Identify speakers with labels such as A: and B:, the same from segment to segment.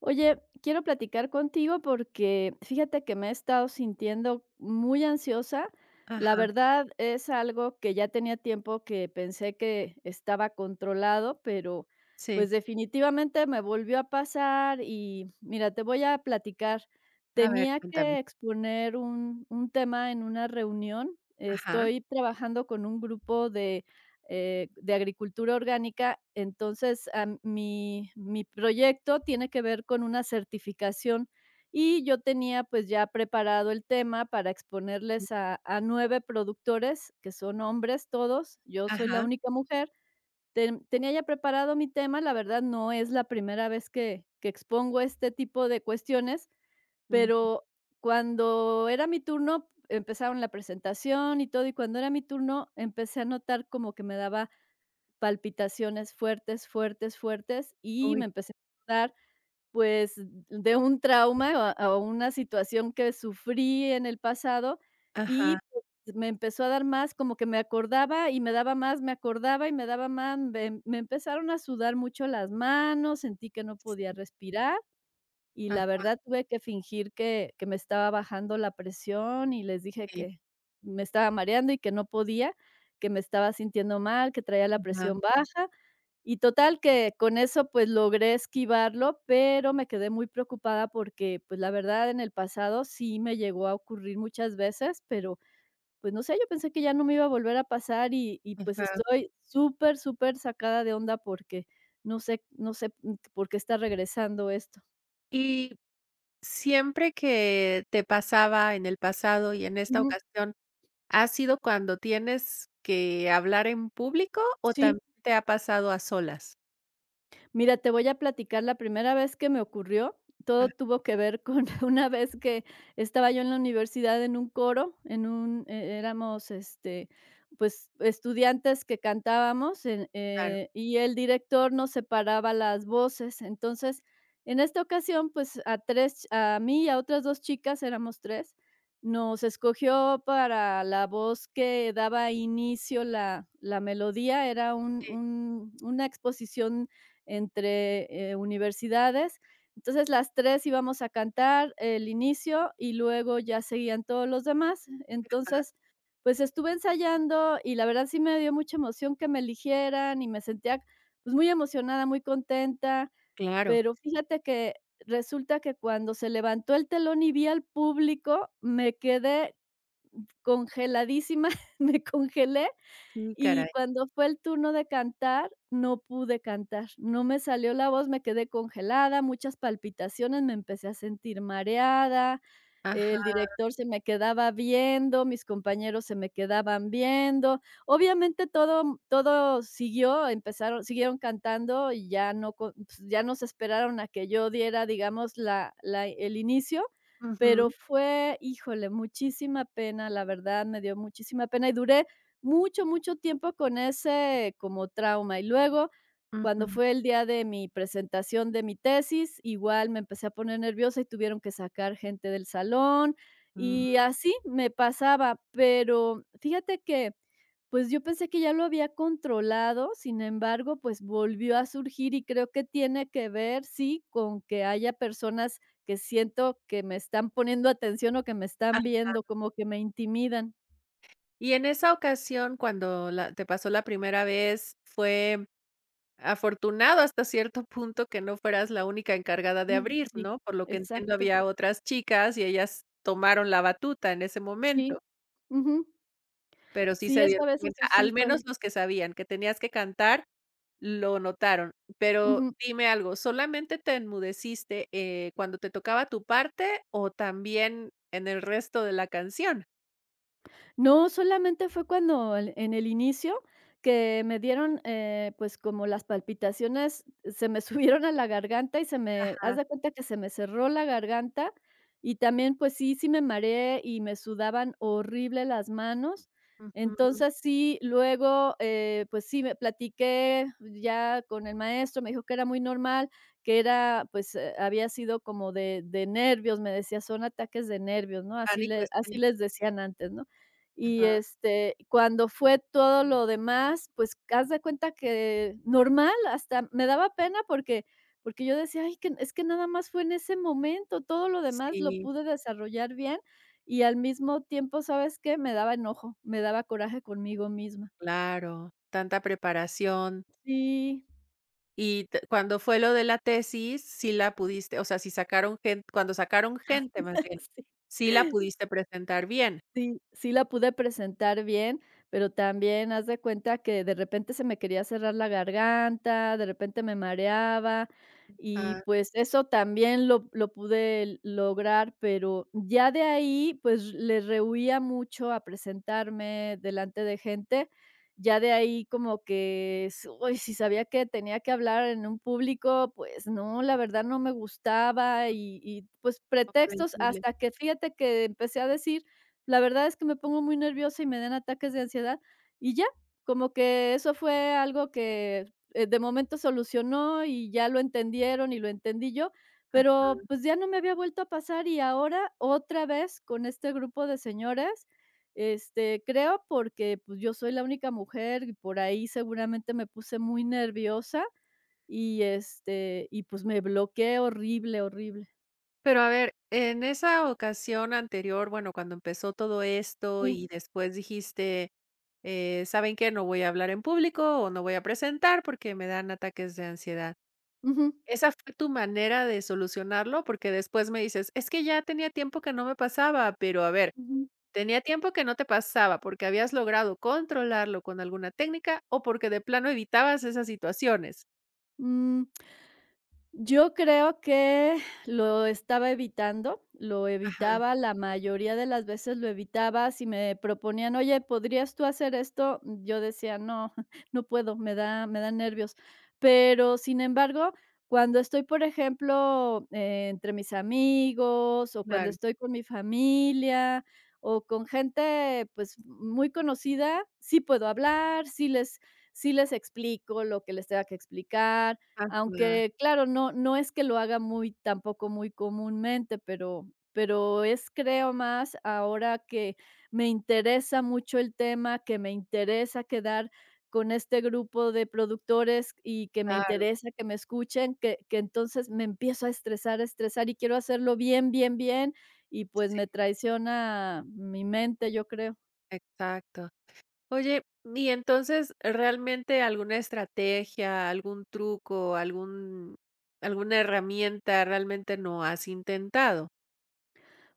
A: Oye, quiero platicar contigo porque fíjate que me he estado sintiendo muy ansiosa. La
B: Ajá,
A: verdad es algo que ya tenía tiempo que pensé que estaba controlado, pero
B: sí.
A: pues definitivamente me volvió a pasar y mira, te voy a platicar.
B: A ver,
A: Tenía
B: cuéntame.
A: que exponer un tema en una reunión.
B: Ajá,
A: Estoy trabajando con un grupo de agricultura orgánica. Entonces, mi proyecto tiene que ver con una certificación y yo tenía pues ya preparado el tema para
B: mm,
A: exponerles a 9 productores, que son hombres todos, yo soy la
B: ajá,
A: única mujer. Tenía ya preparado mi tema, la verdad no es la primera vez que expongo este tipo de cuestiones,
B: mm,
A: pero cuando era mi turno empezaron la presentación y todo, y cuando era mi turno empecé a notar como que me daba palpitaciones fuertes, fuertes, fuertes, y
B: uy,
A: me empecé a acordar, pues, de un trauma o una situación que sufrí en el pasado
B: ajá,
A: y, pues, me empezó a dar más, como que me acordaba y me daba más, me acordaba y me daba más, me empezaron a sudar mucho las manos, sentí que no podía respirar y la
B: ah,
A: verdad tuve que fingir que me estaba bajando la presión y les dije
B: sí,
A: que me estaba mareando y que no podía, que me estaba sintiendo mal, que traía la
B: ajá,
A: presión baja y total que con eso, pues, logré esquivarlo, pero me quedé muy preocupada porque, pues, la verdad, en el pasado sí me llegó a ocurrir muchas veces, pero, pues, no sé, yo pensé que ya no me iba a volver a pasar y, pues,
B: ajá.
A: estoy súper, súper sacada de onda porque no sé, no sé, por qué está regresando esto.
B: Y siempre que te pasaba en el pasado y en esta
A: Ujú.
B: ocasión, ¿ha sido cuando tienes que hablar en público o
A: Sí.
B: también te ha pasado a solas?
A: Mira, te voy a platicar la primera vez que me ocurrió.
B: Ah,
A: Todo tuvo que ver con una vez que estaba yo en la universidad en un coro, en un éramos, este, pues, estudiantes que cantábamos en,
B: claro,
A: y el director nos separaba las voces. Entonces, en esta ocasión, pues, a 3, a mí y a otras 2 chicas, éramos tres, nos escogió para la voz que daba inicio la melodía. Era un
B: sí,
A: un una exposición entre, universidades. Entonces, las 3 íbamos a cantar el inicio y luego ya seguían todos los demás. Entonces, pues, estuve ensayando y la verdad sí me dio mucha emoción que me eligieran y me sentía, pues, muy emocionada, muy contenta,
B: claro,
A: pero fíjate que resulta que cuando se levantó el telón y vi al público, me quedé congeladísima, me congelé
B: sí,
A: y
B: caray.
A: cuando fue el turno de cantar, no pude cantar, no me salió la voz, me quedé congelada, muchas palpitaciones, me empecé a sentir mareada,
B: Ajá,
A: el director se me quedaba viendo, mis compañeros se me quedaban viendo. Obviamente todo siguió, empezaron siguieron cantando y ya no co pues, ya no se esperaron a que yo diera, digamos, la la el inicio, pero
B: ujú,
A: fue, híjole, muchísima pena, la verdad, me dio muchísima pena y duré mucho, mucho tiempo con ese como trauma. Y luego, cuando
B: ujú,
A: fue el día de mi presentación de mi tesis, igual me empecé a poner nerviosa y tuvieron que sacar gente del salón y
B: mm.
A: así me pasaba, pero fíjate que, pues yo pensé que ya lo había controlado, sin embargo, pues volvió a surgir y creo que tiene que ver, sí, con que haya personas que siento que me están poniendo atención o que me
B: Ah,
A: están viendo, como que me intimidan.
B: y en esa ocasión, cuando la te pasó la primera vez, ¿fue afortunado hasta cierto punto que no fueras la única encargada de
A: Ujú,
B: abrir,
A: sí,
B: ¿no? Por lo que entiendo,
A: exacto,
B: había otras chicas y ellas tomaron la batuta en ese momento,
A: sí, ujú.
B: pero sí
A: Sí,
B: se
A: eso
B: dieron
A: a veces
B: cuenta,
A: sí
B: al
A: fue
B: menos los que sabían que tenías que cantar, lo notaron. Pero
A: ujú.
B: dime algo, ¿solamente te enmudeciste, cuando te tocaba tu parte o también en el resto de la canción?
A: No, solamente fue cuando el en el inicio que me dieron, pues, como las palpitaciones, se me subieron a la garganta y se me haz
B: Ajá,
A: de cuenta que se me cerró la garganta, y también, pues sí, sí me mareé y me sudaban horrible las manos.
B: ujú,
A: Entonces, sí, luego, pues sí, me platiqué ya con el maestro, me dijo que era muy normal, que era, pues, había sido como de nervios, me decía: "Son ataques de nervios", ¿no? Así
B: pánico
A: le así
B: escénico,
A: les decían antes, ¿no? Y,
B: ajá,
A: este, cuando fue todo lo demás, pues, haz de cuenta que normal, hasta me daba pena porque porque yo decía: "Ay, que es que nada más fue en ese momento, todo lo demás lo
B: sí,
A: pude desarrollar bien", y al mismo tiempo, ¿sabes qué? Me daba enojo, me daba coraje conmigo misma.
B: claro, tanta preparación.
A: Sí,
B: Y t cuando fue lo de la tesis, sí la pudiste, o sea, si sacaron gente, cuando sacaron gente, más bien, sí la
A: sí.
B: pudiste presentar bien.
A: Sí, sí la pude presentar bien, pero también haz de cuenta que de repente se me quería cerrar la garganta, de repente me mareaba y,
B: Ah,
A: pues, eso también lo pude lograr, pero ya de ahí, pues, le rehuía mucho a presentarme delante de gente. Ya de ahí como que, uy, si sabía que tenía que hablar en un público, pues no, la verdad no me gustaba y, pues, pretextos
B: comprensible.
A: hasta que fíjate que empecé a decir la verdad es que me pongo muy nerviosa y me dan ataques de ansiedad, y ya, como que eso fue algo que, de momento solucionó y ya lo entendieron y lo entendí yo,
B: Ah,
A: pero, pues, ya no me había vuelto a pasar y ahora otra vez con este grupo de señoras, este, creo porque, pues, yo soy la única mujer y por ahí seguramente me puse muy nerviosa y, este, y, pues, me bloqueé horrible, horrible.
B: pero a ver, en esa ocasión anterior, bueno, cuando empezó todo esto
A: Sí,
B: y después dijiste, ¿saben qué? No voy a hablar en público o no voy a presentar porque me dan ataques de ansiedad.
A: ujú,
B: ¿Esa fue tu manera de solucionarlo? Porque después me dices, es que ya tenía tiempo que no me pasaba, pero a ver,
A: ujú,
B: tenía tiempo que no te pasaba porque habías logrado controlarlo con alguna técnica o porque de plano evitabas esas situaciones.
A: mm. Yo creo que lo estaba evitando, lo
B: Ajá.
A: evitaba, la mayoría de las veces lo evitaba. Si me proponían: "Oye, ¿podrías tú hacer esto?", yo decía: "No, no puedo, me da nervios". Pero, sin embargo, cuando estoy, por ejemplo, entre mis amigos, o cuando
B: Claro,
A: estoy con mi familia, o con gente, pues, muy conocida, sí puedo hablar, sí les explico lo que les tenga que explicar,
B: ajá,
A: aunque, claro, no es que lo haga muy tampoco muy comúnmente, pero es, creo, más ahora que me interesa mucho el tema, que me interesa quedar con este grupo de productores y que me
B: claro,
A: interesa que me escuchen, que entonces me empiezo a estresar y quiero hacerlo bien, bien, bien, y pues
B: sí,
A: me traiciona mi mente, yo creo.
B: exacto. Oye, y entonces, ¿realmente alguna estrategia, algún truco, algún alguna herramienta realmente no has intentado?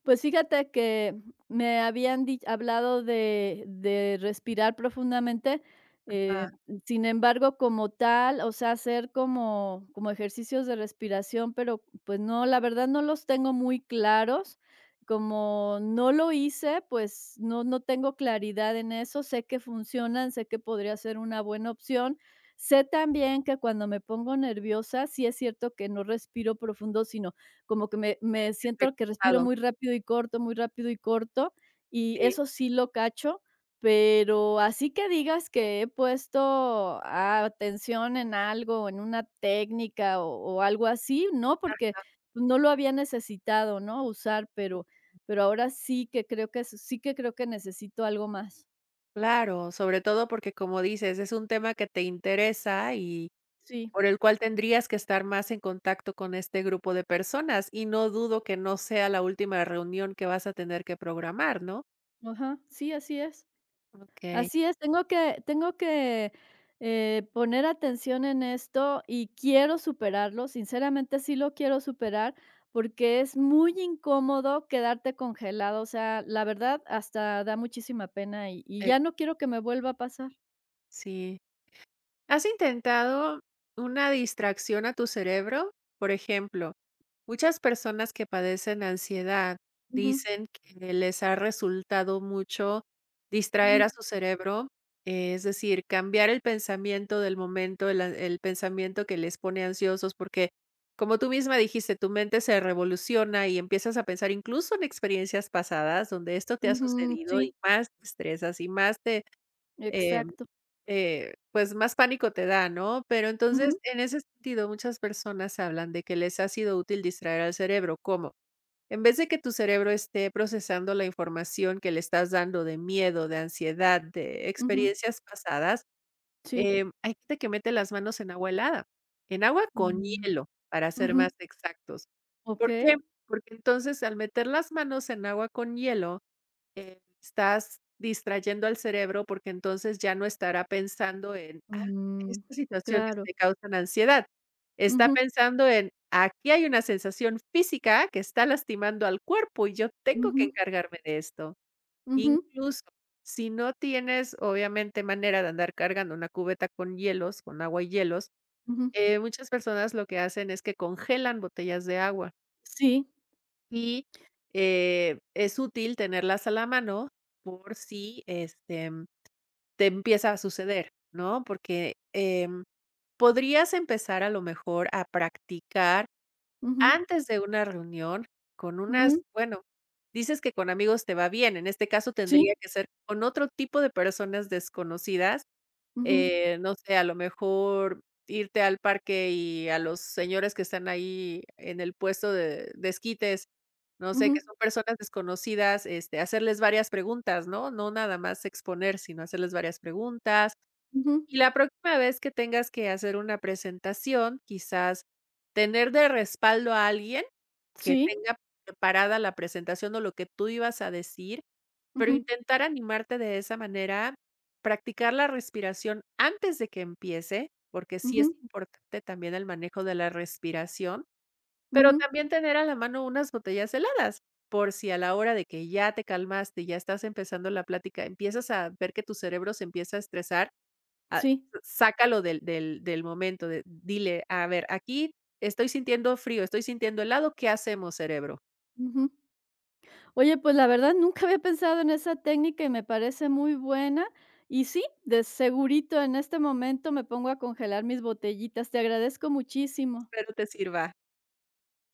A: Pues fíjate que me habían di hablado de respirar profundamente, eh, sin embargo, como tal, o sea, hacer como ejercicios de respiración, pero, pues no, la verdad no los tengo muy claros. Como no lo hice, pues no tengo claridad en eso. Sé que funcionan, sé que podría ser una buena opción. Sé también que cuando me pongo nerviosa, sí es cierto que no respiro profundo, sino como que me siento que respiro
B: Reclutado,
A: muy rápido y corto, muy rápido y corto, y
B: sí,
A: eso sí lo cacho, pero así que digas que he puesto atención en algo, en una técnica o algo así, no, porque no lo había necesitado, ¿no?, usar, pero ahora sí que creo que necesito algo más.
B: claro, sobre todo porque como dices, es un tema que te interesa y
A: Sí,
B: por el cual tendrías que estar más en contacto con este grupo de personas, y no dudo que no sea la última reunión que vas a tener que programar, ¿no?
A: ajá, sí, así es.
B: Okey,
A: Así es, tengo que, poner atención en esto y quiero superarlo, sinceramente sí lo quiero superar, porque es muy incómodo quedarte congelado, o sea, la verdad hasta da muchísima pena y
B: eh,
A: ya no quiero que me vuelva a pasar.
B: sí. ¿Has intentado una distracción a tu cerebro? Por ejemplo, muchas personas que padecen ansiedad
A: Ujú,
B: dicen que les ha resultado mucho distraer
A: ujú,
B: a su cerebro, es decir, cambiar el pensamiento del momento, el pensamiento que les pone ansiosos, porque como tú misma dijiste, tu mente se revoluciona y empiezas a pensar incluso en experiencias pasadas donde esto te ha
A: ujú,
B: sucedido y
A: sí,
B: más te estresas y más te, eh,
A: exacto.
B: pues, más pánico te da, ¿no? Pero entonces,
A: Ujú,
B: en ese sentido, muchas personas hablan de que les ha sido útil distraer al cerebro, ¿cómo? En vez de que tu cerebro esté procesando la información que le estás dando de miedo, de ansiedad, de
A: ujú,
B: experiencias pasadas,
A: sí,
B: hay gente que mete las manos en agua helada, en agua con
A: mm,
B: hielo, para ser
A: ujú,
B: más exactos. ¿Por qué?
A: okey,
B: Porque entonces, al meter las manos en agua con hielo, estás distrayendo al cerebro, porque entonces ya no estará pensando en: "Ah,
A: mm,
B: estas situaciones
A: claro,
B: me causan ansiedad". Está
A: ujú,
B: pensando en: "Aquí hay una sensación física que está lastimando al cuerpo y yo tengo que
A: ujú,
B: encargarme de esto".
A: ujú,
B: Incluso, si no tienes, obviamente, manera de andar cargando una cubeta con hielos, con agua y hielos,
A: ujú,
B: muchas personas lo que hacen es que congelan botellas de agua.
A: sí,
B: Y, es útil tenerlas a la mano por si, este, te empieza a suceder, ¿no? Porque, podrías empezar a lo mejor a practicar
A: ujú,
B: antes de una reunión con unas
A: ujú,
B: bueno, dices que con amigos te va bien, en este caso
A: sí.
B: tendría que ser con otro tipo de personas desconocidas. Ujú.
A: Ujú,
B: No sé, a lo mejor irte al parque y a los señores que están ahí en el puesto de esquites, no sé, que
A: ujú,
B: son personas desconocidas, este, hacerles varias preguntas, ¿no? No nada más exponer, sino hacerles varias preguntas.
A: ujú.
B: Y la próxima vez que tengas que hacer una presentación, quizás tener de respaldo a alguien que
A: Sí.
B: tenga preparada la presentación o lo que tú ibas a decir, pero
A: Ujú,
B: intentar animarte de esa manera, practicar la respiración antes de que empiece, porque sí es
A: ujú,
B: importante también el manejo de la respiración, pero
A: ujú.
B: también tener a la mano unas botellas heladas, por si a la hora de que ya te calmaste, ya estás empezando la plática, empiezas a ver que tu cerebro se empieza a estresar, a-
A: Sí.
B: sácalo del momento, dile, a ver, aquí estoy sintiendo frío, estoy sintiendo helado, ¿qué hacemos, cerebro?
A: Ujú. Oye, pues, la verdad nunca había pensado en esa técnica y me parece muy buena. Y sí, de segurito en este momento me pongo a congelar mis botellitas. Te agradezco muchísimo.
B: Espero te sirva.